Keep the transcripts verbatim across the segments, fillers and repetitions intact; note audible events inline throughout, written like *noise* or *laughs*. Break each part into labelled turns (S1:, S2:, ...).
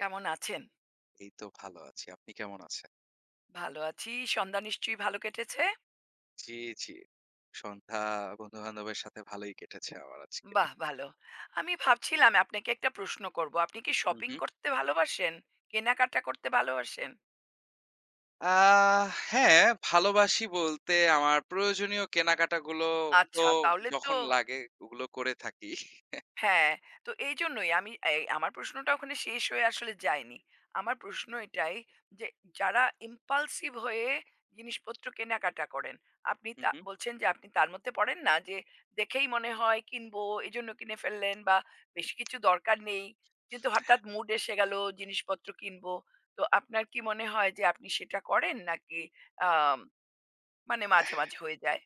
S1: কেমন আছেন?
S2: এই তো ভালো আছি। আপনি কেমন আছেন?
S1: ভালো আছি। সন্ধ্যা নিশ্চয়ই ভালো কেটেছে?
S2: জি, জি। সন্ধ্যা বন্ধু-বান্ধবের সাথে ভালোই কেটেছে আমার আজকে।
S1: বাহ! ভালো। আমি ভাবছিলাম আপনাকে একটা প্রশ্ন করব। আপনি কি
S2: হুম,
S1: শপিং
S2: হুম।
S1: করতে ভালোবাসেন? কেনাকাটা করতে ভালোবাসেন?
S2: আহ হ্যাঁ, ভালোবাসি বলতে আমার প্রয়োজনীয় কেনাকাটাগুলো তো
S1: আচ্ছা, তাহলে তো
S2: যখন লাগে ওগুলো করে থাকি।
S1: হ্যাঁ, তো এইজন্যই আমি এই আমার প্রশ্নটা ওখানে শেষ হয়ে আসলে যায়নি। আমার প্রশ্ন এটাই যে যারা ইমপালসিভ হয়ে জিনিসপত্র কেনাকাটা করেন, আপনি
S2: হুম,
S1: তা
S2: হুম।
S1: বলছেন যে আপনি তার মধ্যে পড়েন না? যে দেখেই মনে হয় কিনবো এজন্য কিনে ফেললেন বা বেশি কিছু দরকার নেই। কিন্তু হঠাৎ মুড এসে গেল জিনিসপত্র কিনবো। তো আপনার কি মনে হয় যে আপনি সেটা করেন নাকি আম মানে মাঝে, মাঝে হয়ে যায়?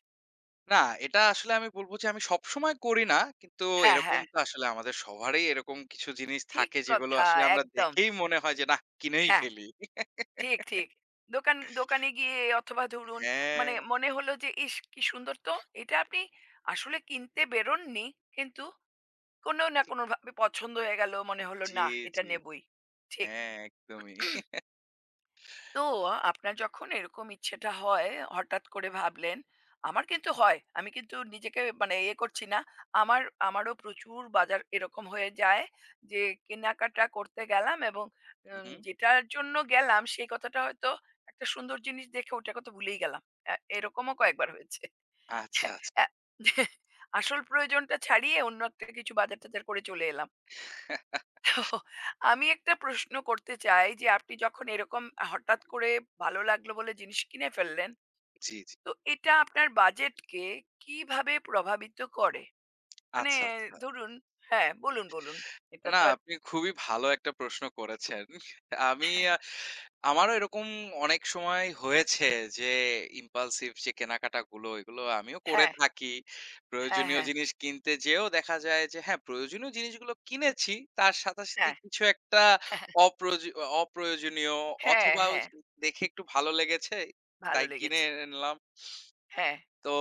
S2: না, এটা আসলে আমি বলব যে আমি সবসময় করি না। কিন্তু
S1: হ্যাঁ,
S2: এরকম
S1: হ্যাঁ,
S2: তো আসলে আমাদের সবারই এরকম কিছু জিনিস
S1: ঠিক
S2: থাকে যেগুলো
S1: কথা,
S2: আসলে আমরা
S1: একদম।
S2: দেখেই মনে হয় যে, নাহ কিনেই
S1: হ্যাঁ।
S2: ফেলি।
S1: ঠিক, ঠিক। দোকান দোকানে গিয়ে অথবা ধরুন
S2: হ্যাঁ,
S1: মানে মনে হলো যে, ইস! কি সুন্দর তো। এটা আপনি আসলে কিনতে বেরোননি। কিন্তু কোনো না
S2: ঠিক
S1: কোনোভাবে পছন্দ হয়ে গেল। মনে হলো
S2: জি,
S1: না এটা
S2: জি।
S1: নেবই। ঠিক।
S2: হ্যাঁ, একদমই।
S1: তো আপনার যখন এরকম ইচ্ছেটা হয় হঠাৎ করে ভাবলেন আমার কিন্তু হয় আমি কিন্তু নিজেকে মানে ইয়ে করছি না আমার আমারও প্রচুর বাজার এরকম হয়ে যায় যে কেনাকাটা করতে গেলাম এবং
S2: হুম,
S1: উম,
S2: হুম।
S1: যেটার জন্য গেলাম সেই কথাটা হয়তো একটা সুন্দর জিনিস দেখে ওটার কথা ভুলেই গেলাম এ- এরকমও কয়েকবার হয়েছে
S2: আচ্ছা, আচ্ছা।
S1: *laughs* যে, এ- আসল প্রয়োজনটা ছাড়িয়ে অন্য একটা কিছু বাজার টাজার করে চলে এলাম *laughs* আমি একটা প্রশ্ন করতে চাই যে আপনি যখন এরকম হঠাৎ করে ভালো লাগলো বলে জিনিস কিনে ফেললেন,
S2: জি, জি।
S1: তো এটা আপনার বাজেটকে কিভাবে প্রভাবিত করে? মানে
S2: আচ্ছা, আচ্ছা।
S1: ধরুন হ্যাঁ, বলুন, বলুন। এটা
S2: না
S1: তো আর
S2: আপনি খুবই ভালো একটা প্রশ্ন করেছেন। আমি আ
S1: *laughs*
S2: আমারও এরকম অনেক সময় হয়েছে যে impulsive যে কেনাকাটাগুলো এগুলো আমিও করে
S1: হ্যাঁ,
S2: থাকি।
S1: হ্যাঁ,
S2: প্রয়োজনীয়
S1: হ্যাঁ,
S2: জিনিস কিনতে যেয়েও দেখা যায় যে হ্যাঁ, প্রয়োজনীয় জিনিসগুলো কিনেছি। তার সাথে, সাথে
S1: হ্যাঁ,
S2: কিছু একটা
S1: *laughs*
S2: অপ্রয়োজি অপ্রয়োজনীয়
S1: হ্যাঁ,
S2: অথবা ওই
S1: হ্যাঁ,
S2: যে দেখে একটু ভালো লেগেছে
S1: ভালো
S2: তাই কিনে
S1: লেগেছে।
S2: এনলাম।
S1: হ্যাঁ,
S2: তো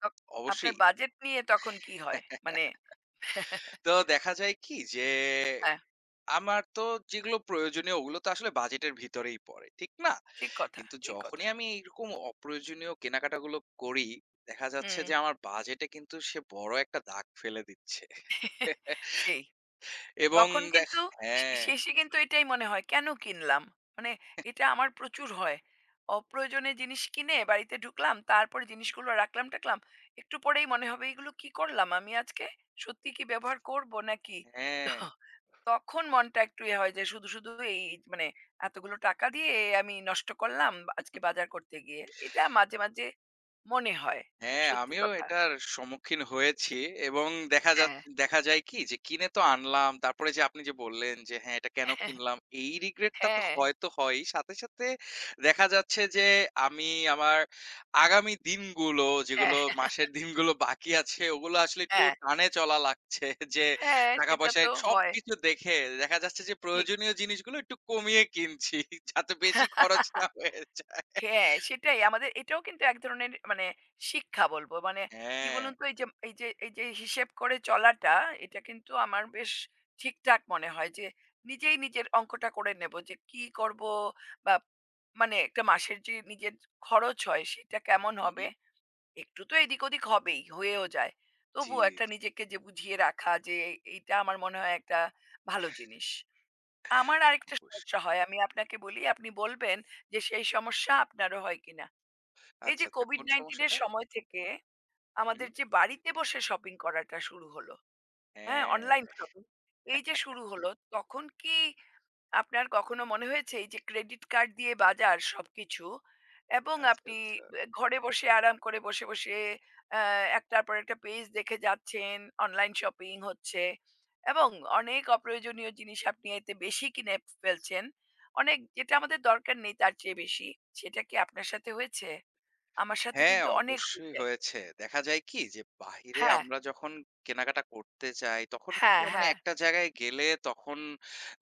S1: তখ আপনার
S2: অবশ্যই।
S1: বাজেট নিয়ে তখন কি হয়? মানে
S2: *laughs*
S1: *laughs*
S2: তো দেখা যায় কি যে
S1: হ্যাঁ,
S2: আমার তো যেগুলো প্রয়োজনীয় ওগুলো তো আসলে বাজেটের ভিতরেই পড়ে, ঠিক না?
S1: ঠিক কথা,
S2: কিন্তু
S1: ঠিক
S2: যখনই
S1: কথা।
S2: আমি এইরকম অপ্রয়োজনীয় কেনাকাটাগুলো করি, দেখা যাচ্ছে
S1: হুম,
S2: যে আমার বাজেটে কিন্তু সে বড় একটা দাগ ফেলে দিচ্ছে।
S1: *laughs*
S2: *laughs*
S1: সেই।
S2: এবং
S1: তখন
S2: দেখ
S1: কিন্তু শে
S2: হ্যাঁ,
S1: শেষে কিন্তু এটাই মনে হয়, কেন কিনলাম? মানে এটা আমার প্রচুর হয়। অপ্রয়োজনে জিনিস কিনে বাড়িতে ঢুকলাম, তারপরে জিনিসগুলো রাখলাম-টাখলাম। একটু পরেই মনে হবে এগুলো কি করলাম আমি আজকে? সত্যি কি ব্যবহার করব নাকি? তো
S2: হ্যাঁ।
S1: তখন মনটা একটু ইয়ে হয় যে শুধু, শুধু এই মানে এতগুলো টাকা দিয়ে আমি নষ্ট করলাম আজকে বাজার করতে গিয়ে। এটা মাঝে, মাঝে মনে হয়।
S2: হ্যাঁ,
S1: সত্যি
S2: আমিও
S1: কথা।
S2: এটার সম্মুখীন হয়েছি এবং দেখা যাচ
S1: হ্যাঁ,
S2: দেখা যায় কি যে কিনে তো আনলাম। তারপরে যে আপনি যে বললেন যে হ্যাঁ, এটা কেন
S1: *laughs*
S2: কিনলাম? এই রিগ্রেটটা তো
S1: হ্যাঁ,
S2: হয়তো হয়ই। সাথে, সাথে দেখা যাচ্ছে যে আমি আমার আগামী দিনগুলো
S1: হ্যাঁ,
S2: যেগুলো
S1: হ্যাঁ,
S2: মাসের দিনগুলো বাকি আছে ওগুলো আসলে একটু
S1: হ্যাঁ,
S2: টানে চলা লাগছে। যে
S1: হ্যাঁ, সেটা
S2: টাকা-পয়সায়
S1: তো হয়।
S2: সবকিছু দেখে দেখা যাচ্ছে যে
S1: ঠিক।
S2: প্রয়োজনীয় জিনিসগুলো একটু কমিয়ে কিনছি যাতে বেশি খরচ না
S1: *laughs*
S2: হয়ে যায়।
S1: হ্যাঁ, সেটাই আমাদের এটাও কিন্তু এক ধরনের মানে শিক্ষা বলব। মানে কি
S2: হ্যাঁ।
S1: বলুন তো এই যে এই যে এই যে হিসেব করে চলাটা এটা কিন্তু আমার বেশ ঠিকঠাক মনে হয় যে নিজেই নিজের অঙ্কটা করে নেব যে কি করব বা মানে একটা মাসের যে নিজের খরচ হয় সেটা কেমন
S2: হু, হু।
S1: হবে। একটু তো এদিক ওদিক হবেই, হয়েও যায়।
S2: জি,
S1: তবুও একটা
S2: জি
S1: নিজেকে যে বুঝিয়ে রাখা যে এইটা আমার মনে হয় একটা ভালো জিনিস। আমার আরেকটা সমস্যা
S2: অবশ্যই।
S1: হয়। আমি আপনাকে বলি, আপনি বলবেন যে সেই সমস্যা আপনারও হয় কিনা। এই
S2: আচ্ছা,
S1: যে
S2: আচ্ছা। কোন
S1: কোভিড নাইনটিন এর
S2: সমস্যাটা?
S1: সময় থেকে
S2: হু,
S1: আমাদের
S2: হু।
S1: যে বাড়িতে বসে শপিং করাটা শুরু হলো, হ্যাঁ?
S2: হ্যাঁ,
S1: অনলাইন শপিং। এই যে শুরু হলো, তখন কি আপনার কখনো মনে হয়েছে এই যে ক্রেডিট কার্ড দিয়ে বাজার সবকিছু এবং
S2: আচ্ছা,
S1: আপনি
S2: আচ্ছা।
S1: আহ, ঘরে বসে আরাম করে বসে বসে আহ, একটার পর একটা পেজ দেখে যাচ্ছেন অনলাইন শপিং হচ্ছে এবং অনেক অপ্রয়োজনীয় জিনিস আপনি এতে বেশি কিনে ফেলছেন অনেক যেটা আমাদের দরকার নেই তার চেয়ে বেশি সেটা কি আপনার সাথে হয়েছে আমার সাথে
S2: হ্যাঁ,
S1: কিন্তু অনেক
S2: অবশ্যই
S1: হয়েছে
S2: হয়েছে। দেখা যায় কি যে বাহিরে
S1: হ্যাঁ
S2: আমরা যখন কেনাকাটা করতে যাই তখন কিন্তু
S1: হ্যাঁ
S2: মানে
S1: হ্যাঁ
S2: একটা জায়গায় গেলে তখন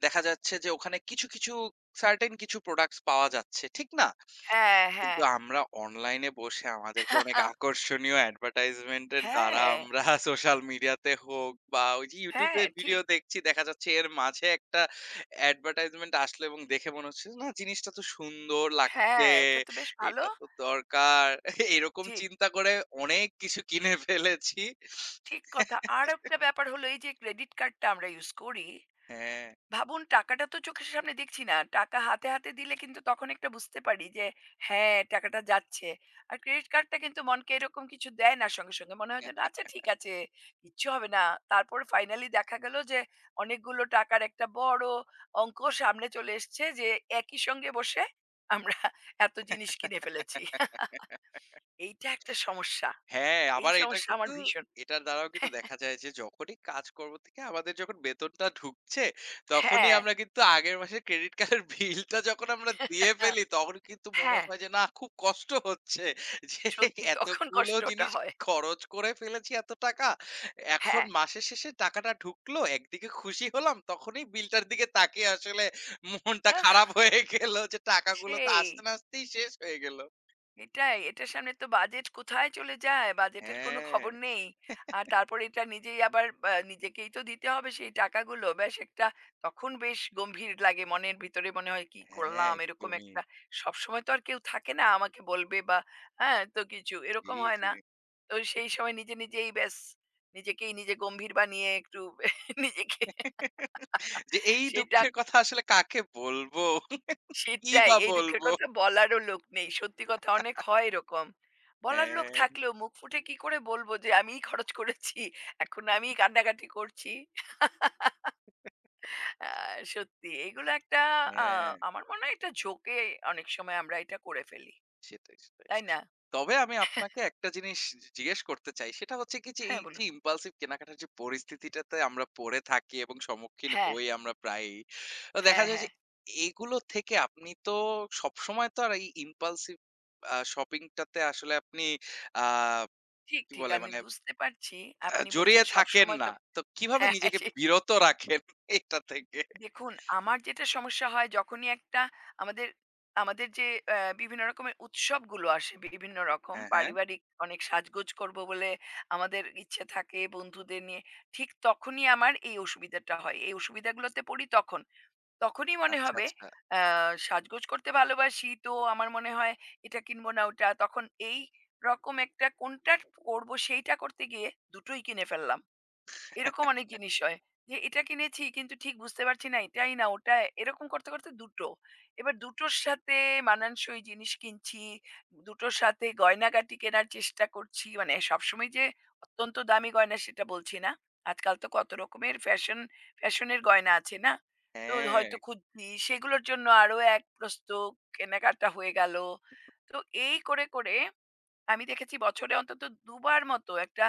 S2: দেখা যাচ্ছে যে ওখানে কিছু, কিছু সার্টেন কিছু প্রোডাক্টস পাওয়া যাচ্ছে। ঠিক না?
S1: হ্যাঁ হ্যাঁ
S2: কিন্তু আমরা অনলাইনে বসে আমাদেরকে অনেক
S1: *laughs*
S2: আকর্ষণীয় অ্যাডভার্টাইজমেন্ট এর দ্বারা
S1: হ্যাঁ
S2: আমরা *laughs* সোশ্যাল মিডিয়াতে হোক বা ওই যে
S1: হ্যাঁ
S2: ইউটিউবে
S1: ঠিক
S2: ভিডিও দেখছি দেখা যাচ্ছে এর মাঝে একটা অ্যাডভার্টাইজমেন্ট আসলো এবং দেখে মনে হচ্ছে না জিনিসটা তো সুন্দর
S1: হ্যাঁ
S2: লাগছে
S1: এটা তো বেশ ভালো
S2: এটা তো দরকার *laughs* এরকম
S1: ঠিক
S2: চিন্তা করে অনেক কিছু কিনে ফেলেছি
S1: ঠিক কথা। আর একটা ব্যাপার হলো এই যে ক্রেডিট কার্ডটা আমরা ইউজ করি।
S2: হ্যাঁ
S1: ভাবুন টাকাটা তো চোখের সামনে দেখছি না। টাকা হাতে, হাতে দিলে কিন্তু তখন একটা বুঝতে পারি যে হ্যাঁ, টাকাটা যাচ্ছে। আর ক্রেডিট কার্ডটা কিন্তু মনকে এরকম কিছু দেয় না সঙ্গে, সঙ্গে। মনে হয় যে না আচ্ছা ঠিক আছে, কিচ্ছু হবে না। তারপরে ফাইনালি দেখা গেল যে অনেকগুলো টাকার একটা বড় অঙ্ক সামনে চলে এসছে যে একই সঙ্গে বসে আমরা এত জিনিস কিনে ফেলেছি।
S2: *laughs*
S1: এইটা একটা সমস্যা।
S2: হ্যাঁ,
S1: এই
S2: আবার এটা
S1: সমস্যা আমার
S2: কিন্তু
S1: ভীষণ।
S2: এটার দ্বারাও কিন্তু
S1: *laughs*
S2: দেখা যায় যে যখনই কাজকর্ম থেকে আমাদের যখন বেতনটা ঢুকছে, তখনই
S1: হ্যাঁ,
S2: আমরা কিন্তু আগের মাসের ক্রেডিট কার্ডের বিলটা যখন আমরা দিয়ে ফেলি, তখন কিন্তু মনে
S1: হ্যাঁ।
S2: হয় যে না খুব কষ্ট হচ্ছে যে
S1: সত্যি তখন
S2: এতগুলো
S1: কষ্টটা
S2: জিনিস
S1: হয়।
S2: খরচ করে ফেলেছি এত টাকা। এখন
S1: হ্যাঁ,
S2: মাসের শেষে টাকাটা ঢুকলো, একদিকে খুশি হলাম, তখনই বিলটার দিকে তাকিয়ে আসলে মনটা খারাপ
S1: আহ!
S2: হয়ে গেল যে টাকাগুলো তো
S1: সেই।
S2: আসতে না আসতেই শেষ হয়ে গেল।
S1: এটাই, এটার সামনে তো বাজেট কোথায় চলে যায়? বাজেটের কোনো
S2: হ্যাঁ,
S1: খবর নেই। আর তারপরে এটা নিজেই আবার আ নিজেকেই তো দিতে হবে সেই টাকাগুলো। ব্যাস একটা তখন বেশ গম্ভীর লাগে মনের ভিতরে মনে হয় কি
S2: হ্যাঁ,
S1: করলাম? এরকম
S2: একদমই।
S1: একটা সবসময় তো আর কেউ থাকে না আমাকে বলবে বা হ্যাঁ, তো কিছু
S2: জি,
S1: এরকম হয়
S2: জি।
S1: না। তো সেই সময় নিজে, নিজেই ব্যাস নিজেকেই নিজে গম্ভীর বানিয়ে একটু *laughs* নিজেকে
S2: যে এই
S1: সেটা
S2: দুঃখের কথা আসলে কাকে বলবো? কি
S1: সেটাই।
S2: বা
S1: এই দুঃখের
S2: বলবো?
S1: কথা বলারও লোক নেই। সত্যি কথা অনেক হয় এরকম। বলার লোক
S2: হ্যাঁ,
S1: থাকলেও মুখ ফুটে কি করে বলব যে আমিই খরচ করেছি। এখন আমিই কান্নাকাটি করছি। আ সত্যি এগুলো একটা আ
S2: হ্যাঁ,
S1: আমার মনে হয় একটা ঝোঁকে অনেক সময় আমরা এটা করে ফেলি।
S2: সেটাই, সেটাই।
S1: তাই না?
S2: তবে আমি আপনাকে একটা জিনিস জিজ্ঞেস করতে চাই। সেটা হচ্ছে কি যে এই
S1: হ্যাঁ
S2: যে
S1: বলুন।
S2: ইম্পালসিভ কেনাকাটার যে পরিস্থিতিটাতে আমরা পড়ে থাকি এবং সম্মুখীন
S1: হ্যাঁ,
S2: হই আমরা প্রায়ই। তো দেখা
S1: হ্যাঁ,
S2: যায়
S1: হ্যাঁ।
S2: যে এগুলো থেকে আপনি তো সবসময় তো আর এই ইম্পালসিভ আ শপিং টাতে আসলে আপনি আ
S1: ঠিক,
S2: কি
S1: ঠিক।
S2: বলে
S1: আমি
S2: মানে
S1: বুঝতে পারছি।
S2: আ
S1: আপনি
S2: জড়িয়ে
S1: বলছেন
S2: থাকেন
S1: সবসময়
S2: না।
S1: তো
S2: তো কিভাবে
S1: হ্যাঁ,
S2: নিজেকে
S1: সেটাই।
S2: বিরত রাখেন এটা থেকে?
S1: দেখুন, আমার যেটা সমস্যা হয় যখনই একটা আমাদের আমাদের যে আ বিভিন্ন রকমের উৎসবগুলো আসে বিভিন্ন রকম
S2: হ্যাঁ, হ্যাঁ।
S1: পারিবারিক অনেক সাজগোজ করব বলে আমাদের ইচ্ছে থাকে বন্ধুদের নিয়ে। ঠিক তখনই আমার এই অসুবিধাটা হয়। এই অসুবিধাগুলোতে পড়ি তখন। তখনই মনে
S2: আচ্ছা,
S1: হবে
S2: আচ্ছা।
S1: আ সাজগোজ করতে ভালোবাসি তো আমার মনে হয় এটা কিনবো না ওটা। তখন এই রকম একটা কোনটা করব সেইটা করতে গিয়ে দুটোই কিনে ফেললাম। এরকম অনেক জিনিস হয় যে এটা কিনেছি কিন্তু ঠিক বুঝতে পারছি না এটাই না ওটা এরকম করতে করতে দুটো এবার দুটোর সাথে মানানসই জিনিস কিনছি দুটোর সাথে গয়নাগাটি কেনার চেষ্টা করছি মানে সবসময় যে অত্যন্ত দামি গয়না সেটা বলছি না আজকাল তো কত রকমের ফ্যাশন ফ্যাশনের গয়না আছে না তো
S2: হ্যাঁ,
S1: হয়তো খুঁজছি সেগুলোর জন্য আরো এক প্রস্তুত কেনাকাটা হয়ে গেল তো এই করে করে আমি দেখেছি বছরে অন্তত দুবার মতো একটা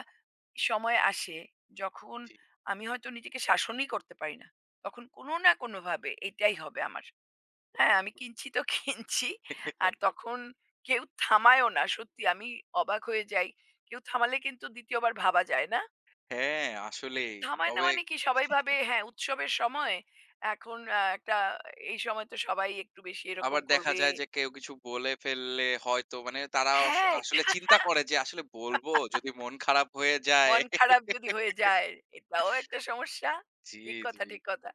S1: সময় আসে যখন
S2: ঠিক।
S1: আমি হয়তো নিজেকে শাসনই করতে পারি না তখন কোনো না কোনো ভাবে এটাই হবে আমার হ্যাঁ আমি কিনছি তো কিনছি *laughs* আর তখন কেউ থামায়ও না সত্যি আমি অবাক হয়ে যাই কেউ থামালে কিন্তু দ্বিতীয়বার ভাবা যায় না
S2: হ্যাঁ, আসলেই।
S1: থামায় না
S2: তবে
S1: মানে কি সবাই ভাবে হ্যাঁ উৎসবের সময় এখন আহ, একটা এই সময় তো সবাই একটু বেশি এরকম
S2: আবার দেখা
S1: করবে
S2: যায় যে কেউ কিছু বলে ফেললে হয়তো মানে তারা আস
S1: হ্যাঁ
S2: আসলে চিন্তা করে যে আসলে বলবো যদি মন খারাপ হয়ে যায়।
S1: মন খারাপ যদি হয়ে যায় এটাও একটা সমস্যা।
S2: জি,
S1: ঠিক
S2: জি।
S1: কথা, ঠিক কথা।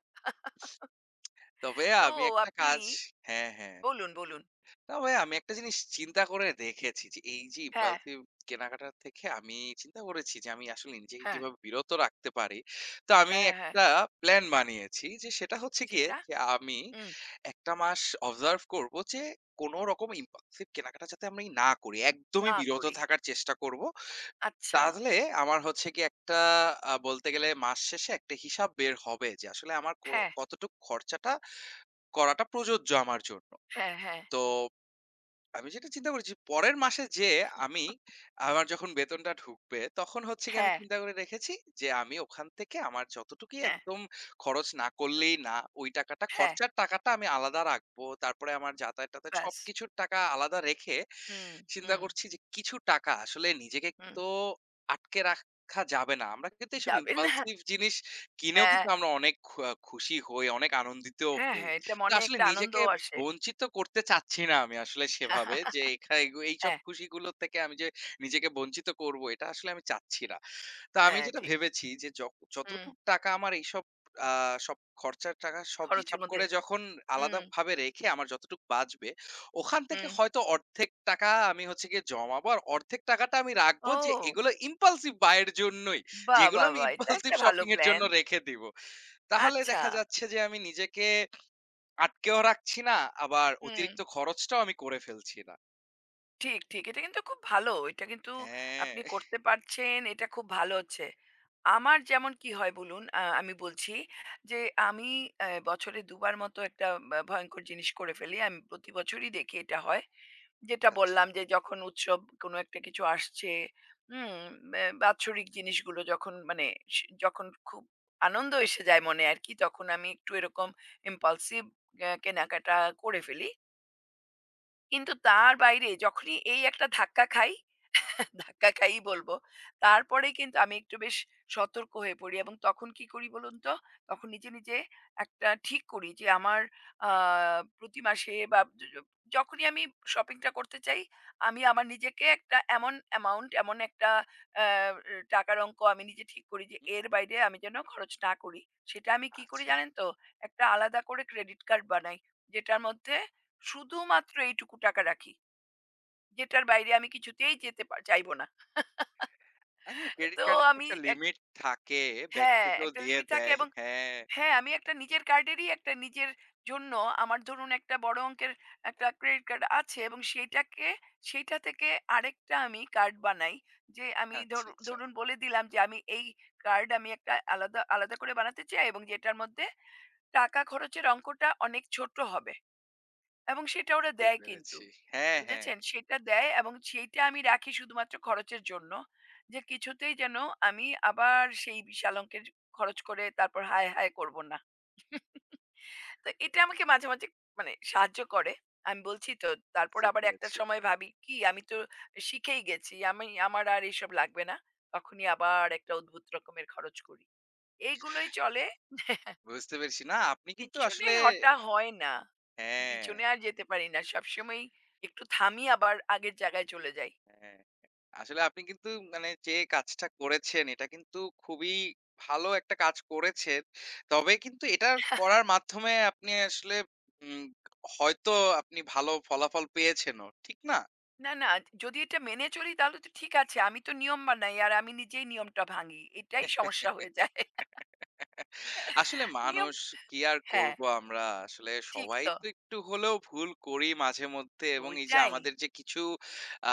S2: তবে
S1: তো
S2: আমি একটা
S1: আপনি
S2: কাজ হ্যাঁ, হ্যাঁ।
S1: বলুন, বলুন।
S2: তবে আমি একটা জিনিস চিন্তা করে দেখেছি যে, এই যে
S1: হ্যাঁ,
S2: ইম্পালসিভ কেনাকাটা থেকে আমি চিন্তা করেছি যে, আমি আসলে নিজেকে
S1: হ্যাঁ,
S2: কিভাবে বিরত রাখতে পারি। তো আমি
S1: হ্যাঁ, হ্যাঁ।
S2: একটা প্ল্যান বানিয়েছি যে, সেটা হচ্ছে গিয়ে
S1: সেটা
S2: যে, আমি
S1: হুম,
S2: এক টা মাস অবজার্ভ করব যে, কোনো রকম ইম্পালসিভ কেনাকাটা যাতে আমি না করি। একদমই
S1: না
S2: বিরত
S1: করি।
S2: থাকার চেষ্টা করব।
S1: আচ্ছা।
S2: তাহলে আমার হচ্ছে গিয়ে একটা আ বলতে গেলে মাস শেষে একটা হিসাব বের হবে যে, আসলে আমার ক
S1: হ্যাঁ,
S2: কতটুক খরচাটা করাটা প্রযোজ্য আমার জন্য।
S1: হ্যাঁ, হ্যাঁ,
S2: তো আমি যেটা চিন্তা করেছি পরের মাসে যেয়ে আমি আমার যখন বেতনটা ঢুকবে তখন হচ্ছে গিয়ে আমি
S1: হ্যাঁ,
S2: চিন্তা করে রেখেছি যে আমি ওখান থেকে আমার যতটুকুই
S1: হ্যাঁ,
S2: একদম খরচ না করলেই না ওই টাকাটা
S1: হ্যাঁ,
S2: খরচার টাকাটা আমি আলাদা রাখবো তারপরে আমার যাতায়াত টাতায়াত
S1: ব্যাস।
S2: সবকিছুর টাকা আলাদা রেখে
S1: হুম,
S2: চিন্তা
S1: হুম,
S2: করছি যে কিছু টাকা আসলে নিজেকে
S1: হুম।
S2: তো আটকে রাখা যাবে না আমরা কিন্তু এইসব
S1: যাবে না।
S2: ইম্পালসিভ জিনিস কিনেও
S1: হ্যাঁ,
S2: কিন্তু আমরা অনেক খু- খুশি হই অনেক আনন্দিত
S1: হ্যাঁ,
S2: হই
S1: হ্যাঁ, এটা
S2: তো
S1: মনে
S2: আসলে
S1: একটা
S2: নিজেকে
S1: আনন্দও আসে।
S2: বঞ্চিত করতে চাচ্ছি না আমি আসলে সেভাবে যে এখা এগু এইসব
S1: হ্যাঁ,
S2: খুশিগুলো থেকে আমি যে নিজেকে বঞ্চিত করব এটা আসলে আমি চাচ্ছি না। তো আমি
S1: হ্যাঁ,
S2: যেটা
S1: ঠিক।
S2: ভেবেছি যে য
S1: হুম,
S2: যতটুক টাকা আমার এইসব আ সব খরচার টাকা সব
S1: খরচের
S2: হিসাব
S1: মধ্যে
S2: করে যখন
S1: হুম,
S2: আলাদাভাবে রেখে আমার যতটুক বাঁচবে, ওখান থেকে
S1: হুম।
S2: হয়তো অর্ধেক টাকা আমি হচ্ছে গিয়ে জমাবো। আর অর্ধেক টাকাটা আমি রাখবো যে
S1: ও!
S2: এগুলো impulsive buy এর জন্যই।
S1: বাহ!
S2: যেগুলো
S1: বাহ!
S2: আমি
S1: বাহ! এটা
S2: impulsive
S1: একটা ভালো
S2: shopping এর জন্য
S1: প্ল্যান।
S2: রেখে দিব। তাহলে
S1: আচ্ছা।
S2: দেখা যাচ্ছে যে আমি নিজেকে আটকেও রাখছি না, আবার
S1: হুম।
S2: অতিরিক্ত খরচটাও আমি করে ফেলছি না।
S1: ঠিক, ঠিক। এটা কিন্তু খুব ভালো। এটা কিন্তু
S2: হ্যাঁ,
S1: আপনি করতে পারছেন। এটা খুব ভালো হচ্ছে। আমার যেমন কি হয় বলুন, আ আমি বলছি যে আমি অ্যা বছরে দুই বার মতো একটা বা ভয়ংকর জিনিস করে ফেলি। আমি প্রতি বছরই দেখি এটা হয়। যেটা
S2: আচ্ছা।
S1: বললাম যে যখন উৎসব কোনো একটা কিছু আসছে, হুম? ব্যা
S2: হুম,
S1: বাৎসরিক জিনিসগুলো যখন মানে স যখন খুব আনন্দ এসে যায় মনে আরকি, তখন আমি একটু এরকম impulsive অ্যা কেনাকাটা করে ফেলি। কিন্তু তার বাইরে যখনই এই একটা ধাক্কা খাই ধাক্কা খাইই বলবো। তারপরেই কিন্তু আমি একটু বেশ সতর্ক হয়ে পড়ি এবং তখন কি করি বলুন তো? তখন নিজে, নিজে একটা ঠিক করি যে আমার আ প্রতি মাসে বা য য যখনই আমি শপিংটা করতে চাই, আমি আমার নিজেকে একটা এমন অ্যামাউন্ট, এমন একটা আ টাকার অঙ্ক আমি নিজে ঠিক করি যে
S2: হুম।
S1: এর বাইরে আমি যেন খরচ না করি। সেটা আমি কি করি
S2: আচ্ছা,
S1: জানেন
S2: আচ্ছা।
S1: তো? একটা আলাদা করে ক্রেডিট কার্ড বানাই। যেটার মধ্যে শুধুমাত্র এইটুকু টাকা রাখি। যেটার বাইরে আমি কিছুতেই যেতে পা চাইবো না। *laughs*
S2: এখন ক্রেডিট
S1: তো
S2: কার্ডের তো
S1: আমি
S2: একটা
S1: এক
S2: লিমিট থাকে। ব্যাংক
S1: হ্যাঁ,
S2: থেকেও
S1: একটা
S2: দিয়ে
S1: লিমিট থাকে
S2: দেয়।
S1: এবং
S2: হ্যাঁ।
S1: হ্যাঁ, আমি একটা নিজের কার্ডেরই একটা নিজের জন্য আমার ধরুন একটা বড় অঙ্কের একটা ক্রেডিট কার্ড আছে এবং সেইটাকে সেইটা থেকে আরেকটা আমি কার্ড বানাই। যে আমি
S2: আচ্ছা,
S1: ধরু
S2: আচ্ছা।
S1: ধরুন বলে দিলাম যে আমি এই কার্ড আমি একটা আলাদা আলাদা করে বানাতে চাই এবং যেটার মধ্যে টাকা খরচের অঙ্কটা অনেক ছোট হবে। এবং সেটা ওরা
S2: বুঝতে
S1: দেয় কিন্তু।
S2: পেরেছি। হ্যাঁ, হ্যাঁ।
S1: বুঝেছেন? সেটা দেয় এবং সেইটা আমি রাখি শুধুমাত্র খরচের জন্য। যে কিছুতেই যেন আমি আবার সেই বিশাল অঙ্কের খরচ করে তারপর হায়, হায় করব না। তো এটা আমাকে মাঝে, মাঝে মানে সাহায্য করে। আমি বলছি তো তারপর
S2: বুঝতে
S1: আবার একটা
S2: পেরেছি।
S1: সময় ভাবি কি আমি তো শিখেই গেছি। আমি আমার আর এসব লাগবে না। তখনই আবার একটা অদ্ভুত রকমের খরচ করি। এইগুলোই চলে।
S2: বুঝতে পেরেছি। না আপনি কিন্তু
S1: পিছনে
S2: আসলে
S1: হটা হয় না।
S2: হ্যাঁ।
S1: পিছনে আর যেতে পারি না। সবসময়ই একটু থামি আবার আগের জায়গায় চলে যাই।
S2: হ্যাঁ, আসলে আপনি কিন্তু মানে যে কাজটা করেছেন এটা কিন্তু খুবই ভালো একটা কাজ করেছেন। তবে কিন্তু এটা করার মাধ্যমে আপনি আসলে উম হয়তো আপনি ভালো ফলাফল পেয়েছেনও। ঠিক না?
S1: না, না যদি এটা মেনে চলি তাহলে তো ঠিক আছে। আমি তো নিয়ম বানাই আর আমি নিজেই নিয়মটা ভাঙি। এটাই সমস্যা হয়ে যায়।
S2: আসলে
S1: *laughs* নিয়ম
S2: মানুষ কি আর
S1: হ্যাঁ,
S2: করব আমরা? আসলে
S1: ঠিক
S2: সবাই
S1: তো।
S2: তো একটু হলেও ভুল করি মাঝে মধ্যে এবং এই যে
S1: ওইটাই।
S2: আমাদের যে কিছু আ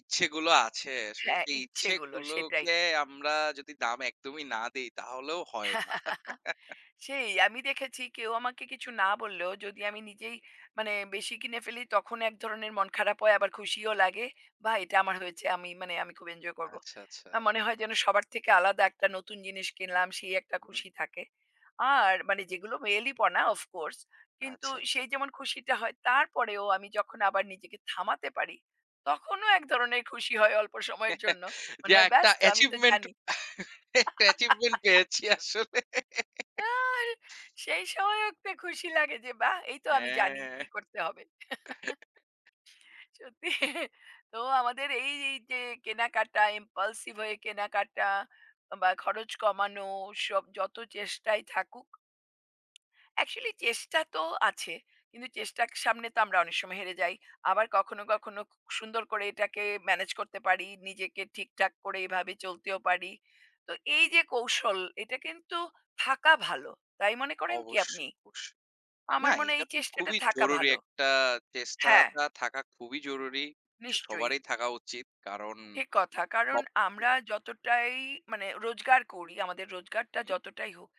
S2: ইচ্ছেগুলো আছে আসলে
S1: হ্যাঁ,
S2: সেই
S1: ইচ্ছেগুলো সেটাই।
S2: ইচ্ছেগুলোকে আমরা যদি দাম একদমই না দেই তাহলেও হয় না।
S1: *laughs* সেই আমি দেখেছি কেউ আমাকে কিছু না বললেও যদি আমি নিজেই মানে বেশি কিনে ফেলি তখন এক ধরনের মন খারাপ হয় আবার খুশিও লাগে বা এটা আমার হয়েছে আমি মানে আমি খুব এনজয় করব
S2: আচ্ছা, আচ্ছা।
S1: আমার মনে হয় যেন সবার থেকে আলাদা একটা নতুন জিনিস কিনলাম সেই একটা
S2: হুম,
S1: খুশি থাকে আর মানে যেগুলো মেয়েলি পড়া অফকোর্স কিন্তু
S2: আচ্ছা, আচ্ছা।
S1: সেই যেমন খুশিটা হয় তারপরেও আমি যখন আবার নিজেকে থামাতে পারি তখনও এক ধরনের খুশি হয় অল্প সময়ের জন্য মনে
S2: যে
S1: হয়
S2: একটা
S1: ব্যস্ত আমি তো
S2: অ্যাচিভমেন্ট
S1: জানি
S2: একটা অ্যাচিভমেন্ট পেয়েছি আসলে।
S1: আর সেই সময়ও একটা খুশি লাগে যে বাহ! এই তো আমি জানি
S2: হ্যাঁ,
S1: কি করতে হবে। সত্যি তো আমাদের এই, এই যে কেনাকাটা, impulsive হয়ে কেনাকাটা বা খরচ কমানো সব যত চেষ্টাই থাকুক অ্যাকচুয়ালি চেষ্টা তো আছে। কিন্তু চেষ্টার সামনে তো আমরা অনেক সময় হেরে যাই। আবার কখনো, কখনো খু সুন্দর করে এটাকে ম্যানেজ করতে পারি। নিজেকে ঠিকঠাক করে এভাবে চলতেও পারি। তো এই যে কৌশল এটা কিন্তু থাকা ভালো। তাই মনে করেন কি আপনি?
S2: অবশ্যই, অবশ্যই। না
S1: আমার মনে হয়
S2: এটা
S1: এই
S2: তো
S1: চেষ্টাটা
S2: খুবই
S1: থাকা
S2: জরুরি
S1: ভালো।
S2: একটা
S1: হ্যাঁ,
S2: চেষ্টাটা থাকা খুবই জরুরি।
S1: নিশ্চয়ই।
S2: সবারই থাকা উচিত। কারণ
S1: ঠিক কথা। কারণ
S2: সব
S1: আমরা যতটাই মানে রোজগার করি, আমাদের রোজগারটা
S2: হুম,
S1: যতটাই হোক,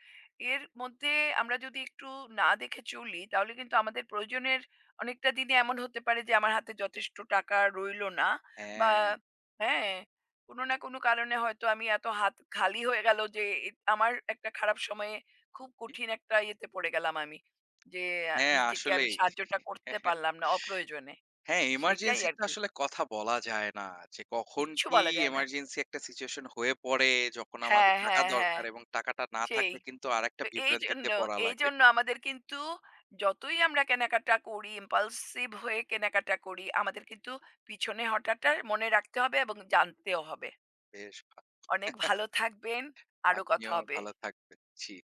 S1: এর মধ্যে আমরা যদি একটু না দেখে চলি, তাহলে কিন্তু আমাদের প্রয়োজনের অনেকটা দিনে এমন হতে পারে যে আমার হাতে যথেষ্ট টাকা রইলো না বা
S2: হ্যাঁ,
S1: হ্যাঁ, কোনো না কোনো কারণে হয়তো আমি এত হাত খালি হয়ে গেল যে এ আমার একটা খারাপ সময়ে খুব কঠিন একটা ইয়েতে পড়ে গেলাম আমি। যে আ
S2: হ্যাঁ
S1: নিজেকে আমি
S2: আসলেই।
S1: সাহায্যটা করতে পারলাম না অপ্রয়োজনে।
S2: হ্যাঁ,
S1: সেটাই
S2: এমার্জেন্সি তো
S1: আরকি।
S2: আসলে কথা বলা যায় না। যে কখন
S1: কিচ্ছু
S2: কি
S1: বলা যায় না।
S2: এমার্জেন্সি একটা সিচুয়েশন হয়ে পড়ে, যখন আমাদের
S1: হ্যাঁ,
S2: টাকা
S1: হ্যাঁ, হ্যাঁ।
S2: দরকার এবং টাকাটা না
S1: সেই।
S2: থাকলে কিন্তু আরেকটা
S1: তো
S2: বিভ্রান্তিতে
S1: এইজন্য,
S2: পড়া লাগে।
S1: এইজন্য আমাদের কিন্তু যতই আমরা কেনাকাটা করি, impulsive হয়ে কেনাকাটা করি, আমাদের কিন্তু পিছনে হঠাটা মনে রাখতে হবে এবং জানতেও হবে।
S2: বেশ ভা
S1: অনেক ভালো থাকবেন। আরো কথা
S2: আপনিও
S1: হবে।
S2: ভালো থাকবেন। জি।